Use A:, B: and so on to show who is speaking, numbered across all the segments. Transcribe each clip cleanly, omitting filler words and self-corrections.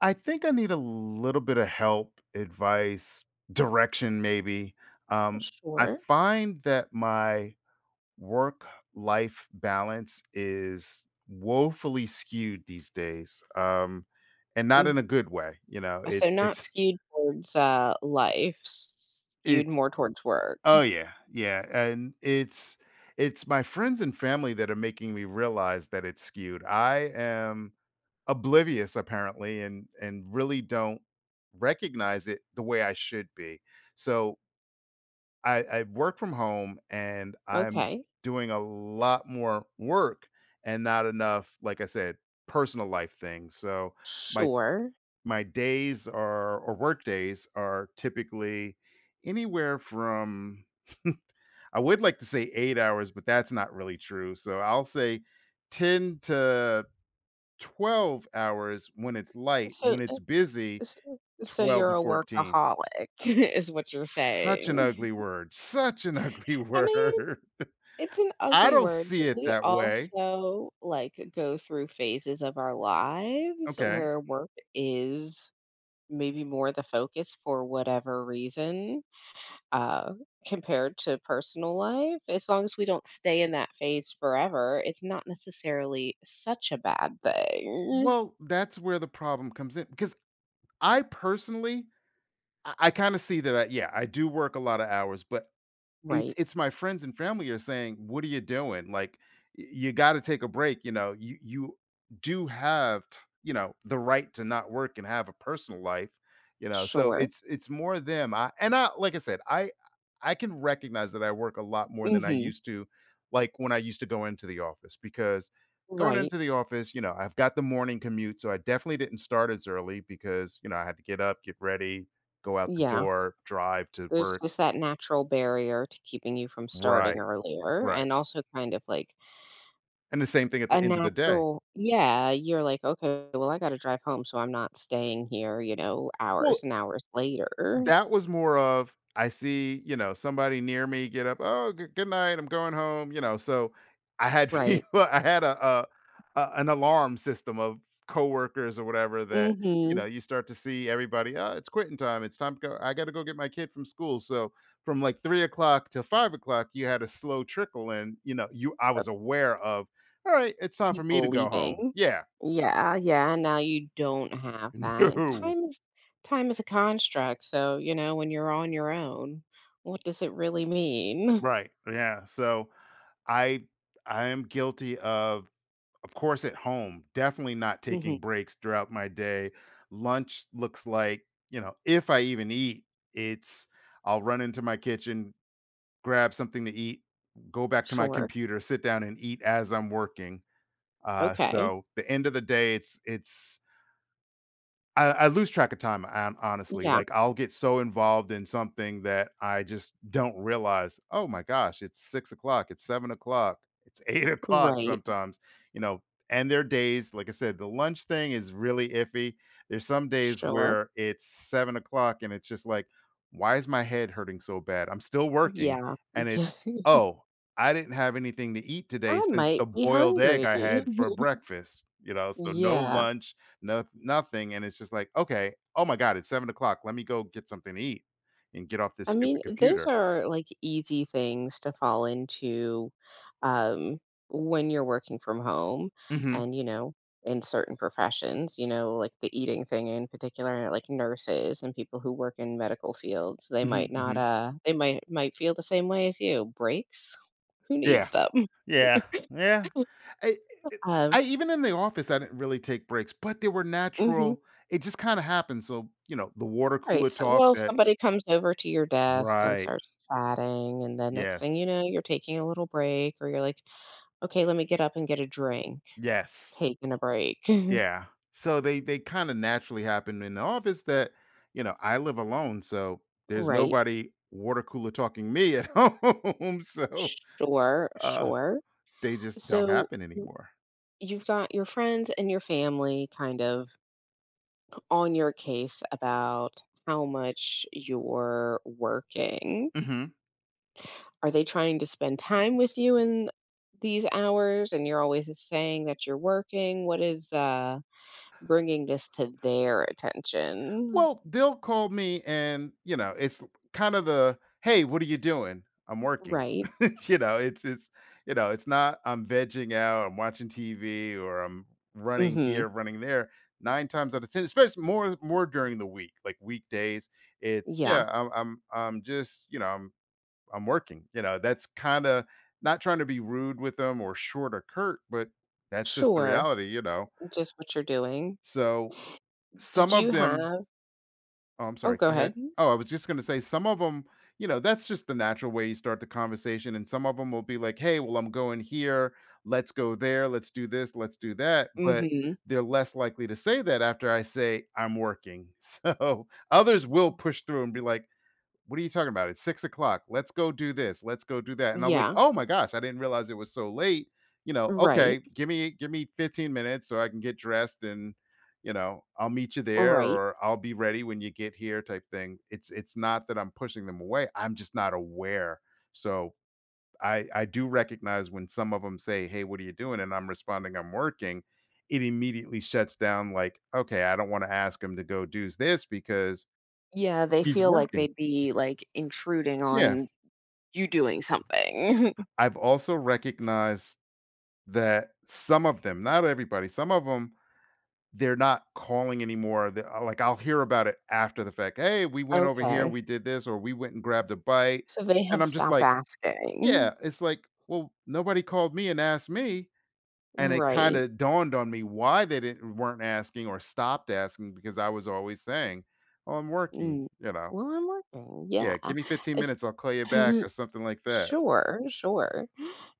A: I think I need a little bit of help, advice, direction, maybe. Um, I
B: Sure.
A: find that my work life balance is woefully skewed these days, and not
B: Mm,
A: in a good way. You know, it's
B: So not
A: it's
B: skewed towards life, skewed
A: it's
B: more towards work.
A: oh yeah, yeah, and it's my friends and family that are making me realize that it's skewed. I am oblivious apparently and really don't recognize it the way I should be. So I work from home and I'm
B: Okay.
A: doing a lot more work and not enough, like I said, personal life things. So my
B: Sure.
A: my days are or work days are typically anywhere from I would like to say 8 hours, but that's not really true. So I'll say 10 to 12 hours when it's light,
B: So
A: when
B: uh,
A: it's busy,
B: s- so
A: 12 to
B: you're a
A: 14.
B: workaholic is what you're
A: Such an
B: saying.
A: ugly word, such an ugly
B: I mean,
A: word.
B: it's an
A: I
B: ugly
A: don't
B: word, but
A: see it
B: we
A: that way.
B: also like go through phases of our lives
A: Okay.
B: where work is maybe more the focus for whatever reason, uh, compared to personal life. As long as we don't stay in that phase forever, it's not necessarily such a bad thing.
A: Well, that's where the problem comes in because I personally, I kind of see that. I, yeah, I do work a lot of hours, but It's
B: Right.
A: it's my friends and family are saying, "What are you doing? Like, y you gotta take a break, you know, you do have t you know, the right to not work and have a personal life," you know, so
B: Sure.
A: it's more them, I and I like I said, I can recognize that I work a lot more than I
B: Hmm.
A: used to, like, when I used to go into the office because going
B: Right.
A: into the office, you know, I've got the morning commute, so I definitely didn't start as early because, you know, I had to get up, get ready, go out the
B: Yeah.
A: door, drive to
B: There's
A: work.
B: just that natural barrier to keeping you from starting
A: Right,
B: earlier,
A: right.
B: and also kind of like
A: And the same thing at
B: a
A: the end of the day.
B: natural, yeah, you're like, okay, well, I got to drive home, so I'm not staying here,
A: Well,
B: hours and hours later.
A: that was more of, I see, you know, somebody near me get up, "Oh, g good night, I'm going home," you know, so I had
B: Right.
A: people I had a an alarm system of coworkers or whatever that, you know,
B: Hmm.
A: you start to see everybody, "Oh, it's quitting time, it's time to go I gotta go get my kid from school," so from, like, 3 o'clock to 5 o'clock, you had a slow trickle and, you know, you I was aware of, "Alright, it's time for me to
B: People
A: go home."
B: leaving.
A: Yeah.
B: Yeah, yeah, now you don't have that. And
A: No.
B: time is a construct, so, when you're on your own, what does it really mean?
A: Right, yeah, so I I am guilty of course at home, definitely not taking
B: Mhm.
A: breaks throughout my day. Lunch looks like, you know, if I even eat, it's I'll run into my kitchen, grab something to eat, go back to my
B: Sure.
A: computer, sit down and eat as I'm working.
B: Okay.
A: So the end of the day it's I lose track of time, honestly,
B: Yeah.
A: like, I'll get so involved in something that I just don't realize, "Oh my gosh, it's 6 o'clock. It's 7 o'clock. It's 8 o'clock,
B: Right.
A: sometimes," you know? And there are days, like I said, the lunch thing is really iffy. There's some days
B: Sure.
A: where it's 7 o'clock and it's just like, "Why is my head hurting so bad?" I'm still working,
B: Yeah.
A: and
B: Yeah.
A: it's, "Oh, I didn't have anything to eat today
B: I
A: since
B: might
A: the
B: be
A: boiled egg
B: hungry.
A: I had for breakfast," you know? So no
B: Yeah.
A: lunch, no, nothing. And it's just like, okay, oh my God, it's 7 o'clock. Let me go get something to eat and get off this
B: I
A: stupid
B: mean, those
A: computer.
B: are like easy things to fall into um, when you're working from home
A: Hmm.
B: and, in certain professions, like the eating thing in particular, like nurses and people who work in medical fields, they
A: Hmm.
B: might not,
A: Hmm.
B: they might feel the same way as you. Breaks, who
A: Yeah.
B: needs them?
A: Yeah. Yeah. I, eh,
B: Um,
A: I even in the office, I didn't really take breaks, but they were
B: mhm.
A: natural. It just kind of happened. So, you know, the water cooler
B: Right. So,
A: talk
B: well,
A: that,
B: somebody comes over to your desk and
A: right.
B: starts chatting, and the next
A: Yes.
B: thing you know, you're taking a little break, or you're like, okay, let me get up and get a drink.
A: Yes.
B: Taking a break.
A: Yeah. So they kind of naturally happened in the office that, you know, I live alone. So there's
B: Right.
A: nobody water cooler talking me at home. So
B: Sure,
A: Uh,
B: sure.
A: they just don't
B: So
A: happen anymore.
B: you've got your friends and your family kind of on your case about how much you're working.
A: Mhm.
B: Are they trying to spend time with you in these hours and you're always saying that you're working? What is bringing this to their attention?
A: Well, they'll call me and, you know, it's kind of the, "Hey, what are you doing?" "I'm working."
B: Right.
A: You know, it's you know, it's not, "I'm vegging out, I'm watching TV, or I'm running
B: Mhm.
A: here, running there." 9 times out of 10, especially more during the week, like weekdays, it's,
B: Yeah.
A: "Yeah, I'm just, you know, I'm working." You know, that's kinda not trying to be rude with them or short or curt, but that's just the
B: Sure.
A: reality, you know?
B: Just what you're doing.
A: So some
B: Did
A: of
B: you
A: them
B: have—
A: oh, I'm
B: Oh,
A: sorry,
B: go
A: go ahead.
B: ahead.
A: Oh, I was just gonna say some of them. You know, that's just the natural way you start the conversation, and some of them will be like, "Hey, well, I'm going here. Let's go there. Let's do this. Let's do that." But
B: Mhm.
A: they're less likely to say that after I say, "I'm working." So, others will push through and be like, what are you talking about? It's 6 o'clock. Let's go do this. Let's go do that. And I'm like,
B: Yeah,
A: "Oh my gosh, I didn't realize it was so late." You know,
B: right,
A: "Okay, give me 15 minutes so I can get dressed and, you know, I'll meet you there
B: right.
A: or I'll be ready when you get here," type thing. It's not that I'm pushing them away. I'm just not aware. So, I do recognize when some of them say, "Hey, what are you doing?" and I'm responding, "I'm working." It immediately shuts down like, "Okay, I don't wanna ask him to go do this because
B: Yeah, they
A: he's
B: feel like
A: working."
B: they'd be, like, intruding
A: Yeah.
B: on you doing something.
A: I've also recognized that some of them, not everybody, some of them, they're not calling anymore. Like I'll hear about it after the fact. Hey, we went over here,
B: Okay,
A: we did this, or we went and grabbed a bite.
B: so they
A: And
B: have
A: I'm just
B: stopped
A: like,
B: asking.
A: yeah, it's like, well, nobody called me and asked me. And it kind
B: Right.
A: of dawned on me why they didn't weren't asking or stopped asking because I was always saying, oh, I'm working,
B: Mm.
A: you know.
B: "Well, I'm working." Yeah.
A: Yeah, give me 15
B: It's—
A: minutes, I'll call you back or something like that.
B: Sure, sure.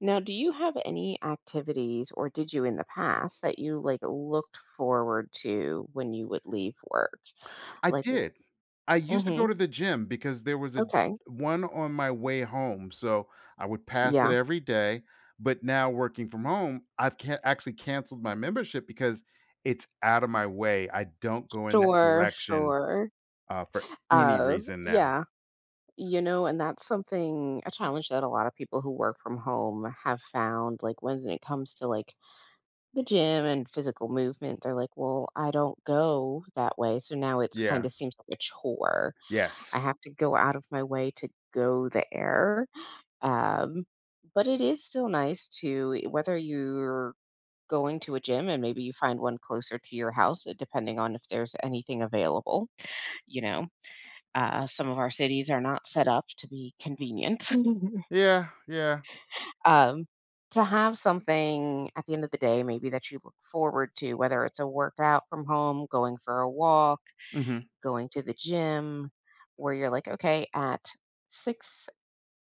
B: Now, do you have any activities, or did you in the past, that you, like, looked forward to when you would leave work?
A: I
B: Like—
A: did. I used to go
B: Mhm.
A: to the gym because there was a
B: Okay.
A: one on my way home, so I would pass it
B: Yeah.
A: every day, but now working from home, I've can actually canceled my membership because it's out of my way, I don't go in that
B: Sure,
A: direction,
B: sure.
A: for any
B: Uh,
A: reason now.
B: yeah, and that's something, a challenge that a lot of people who work from home have found. Like when it comes to like the gym and physical movement, they're like, "Well, I don't go that way," so now it's kind
A: Yeah.
B: of seems like a chore. I
A: Yes.
B: have to go out of my way to go there. Um, but it is still nice to, whether you're going to a gym and maybe you find one closer to your house, depending on if there's anything available, you know. Some of our cities are not set up to be convenient.
A: Yeah, yeah.
B: um, to have something at the end of the day, maybe that you look forward to, whether it's a workout from home, going for a walk,
A: Mhm.
B: going to the gym, where you're like, okay, at 6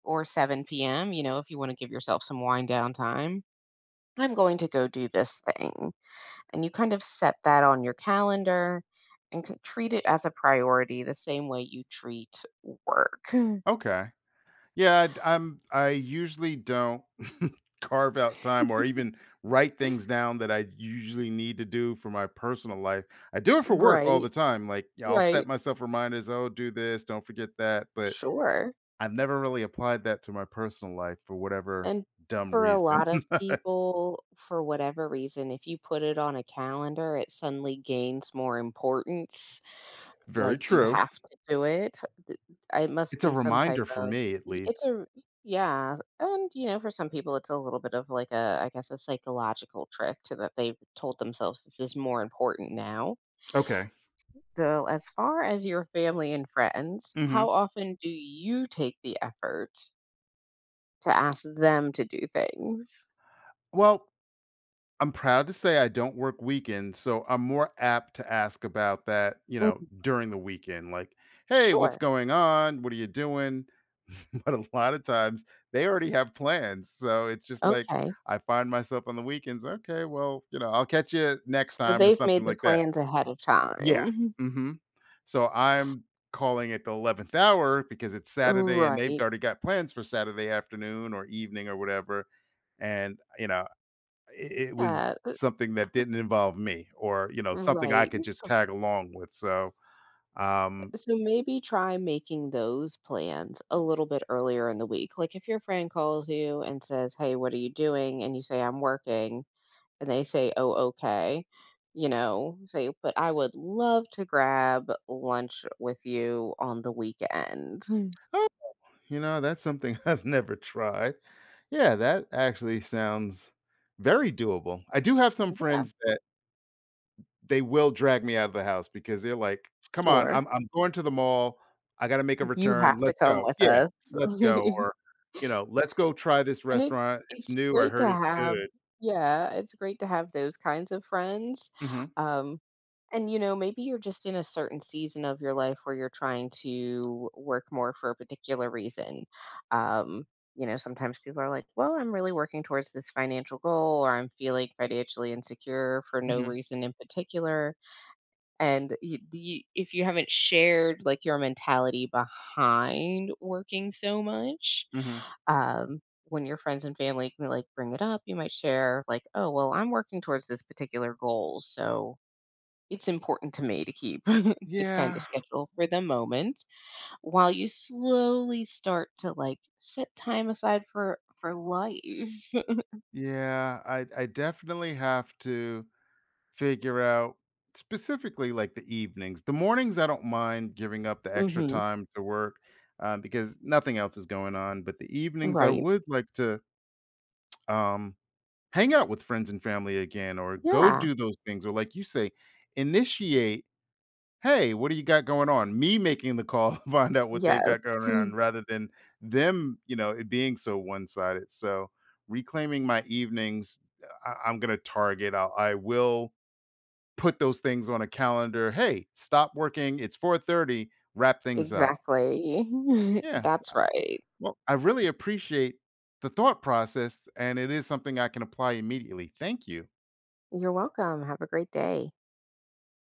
B: or 7 p.m., if you want to give yourself some wind down time, I'm going to go do this thing. And you kind of set that on your calendar and treat it as a priority the same way you treat work.
A: Okay. Yeah, I usually don't carve out time or even write things down that I usually need to do for my personal life. I do it for work all the
B: Right,
A: time. Like, yeah, I'll set
B: right,
A: myself reminders, oh, do this, don't forget that. But
B: sure,
A: I've never really applied that to my personal life for whatever
B: and
A: dumb
B: for a lot
A: reason.
B: of people, for whatever reason, if you put it on a calendar, it suddenly gains more importance,
A: Very
B: like, you
A: true.
B: have to do it. Th It must
A: It's a
B: be some type
A: reminder for
B: of—
A: me, at
B: y it's
A: least.
B: a— yeah, and, for some people, it's a little bit of, like, a I guess, a psychological trick to that they've told themselves this is more important now.
A: Okay.
B: So, as far as your family and friends,
A: Hmm.
B: how often do you take the effort to ask them to do things?
A: Well, I'm proud to say I don't work weekends, so I'm more apt to ask about that, you know,
B: Mhm.
A: during the weekend. Like, hey, what's
B: Sure.
A: going on? What are you doing? But a lot of times they already have plans. So it's just like
B: Okay.
A: I find myself on the weekends, okay, well, you know, I'll catch you next
B: So
A: time or
B: they've
A: something
B: made the
A: like that.
B: plans ahead of
A: Yeah.
B: time.
A: Hmm. So I'm calling it the 11th hour because it's Saturday and they've
B: Right.
A: already got plans for Saturday afternoon or evening or whatever and you know I it was
B: Yeah. s-
A: something that didn't involve me or, you know, something I
B: Right.
A: could just tag along with, so, um,
B: So maybe try making those plans a little bit earlier in the week. Like if your friend calls you and says, "Hey, what are you doing?" and you say, "I'm working," and they say, "Oh, okay." You know, say, "But I would love to grab lunch with you on the weekend."
A: oh, you know, that's something I've never tried. Yeah, that actually sounds very doable. I do have some
B: Yeah,
A: friends that they will drag me out of the house because they're like, "Come on,
B: sure.
A: I'm going to the mall. I gotta make a
B: You
A: return.
B: have to
A: Let's
B: come
A: go."
B: with
A: Yeah,
B: us.
A: "Let's go," or, you know, "Let's go try this
B: And it—
A: restaurant. It's
B: it's
A: new. I
B: great
A: heard
B: to
A: it's
B: have—
A: good."
B: yeah, it's great to have those kinds of friends.
A: Mhm.
B: Um, and, maybe you're just in a certain season of your life where you're trying to work more for a particular reason. Um, sometimes people are like, "Well, I'm really working towards this financial goal," or "I'm feeling financially insecure for no
A: Mhm.
B: reason in particular." And you, if you haven't shared like your mentality behind working so much,
A: Mhm.
B: um, when your friends and family can like bring it up, you might share like, "Oh, well, I'm working towards this particular goal, so it's important to me to keep this kind of
A: Yeah.
B: schedule for the moment." While you slowly start to like set time aside for life.
A: Yeah, I definitely have to figure out specifically like the evenings. The mornings I don't mind giving up the extra
B: Hmm.
A: time to work because nothing else is going on. But the evenings I
B: Right.
A: would like to um, hang out with friends and family again, or go
B: Yeah.
A: do those things, or like you say, initiate "Hey, what do you got going on?" Me making the call to find out what they've
B: Yes.
A: got going on rather than them, you know, it being so one-sided. So, reclaiming my evenings, I'm gonna target. I will put those things on a calendar. "Hey, stop working. It's 4:30. Wrap things up."
B: Exactly.
A: Yeah.
B: That's right.
A: Well, I really appreciate the thought process, and it is something I can apply immediately. Thank you.
B: You're welcome. Have a great day.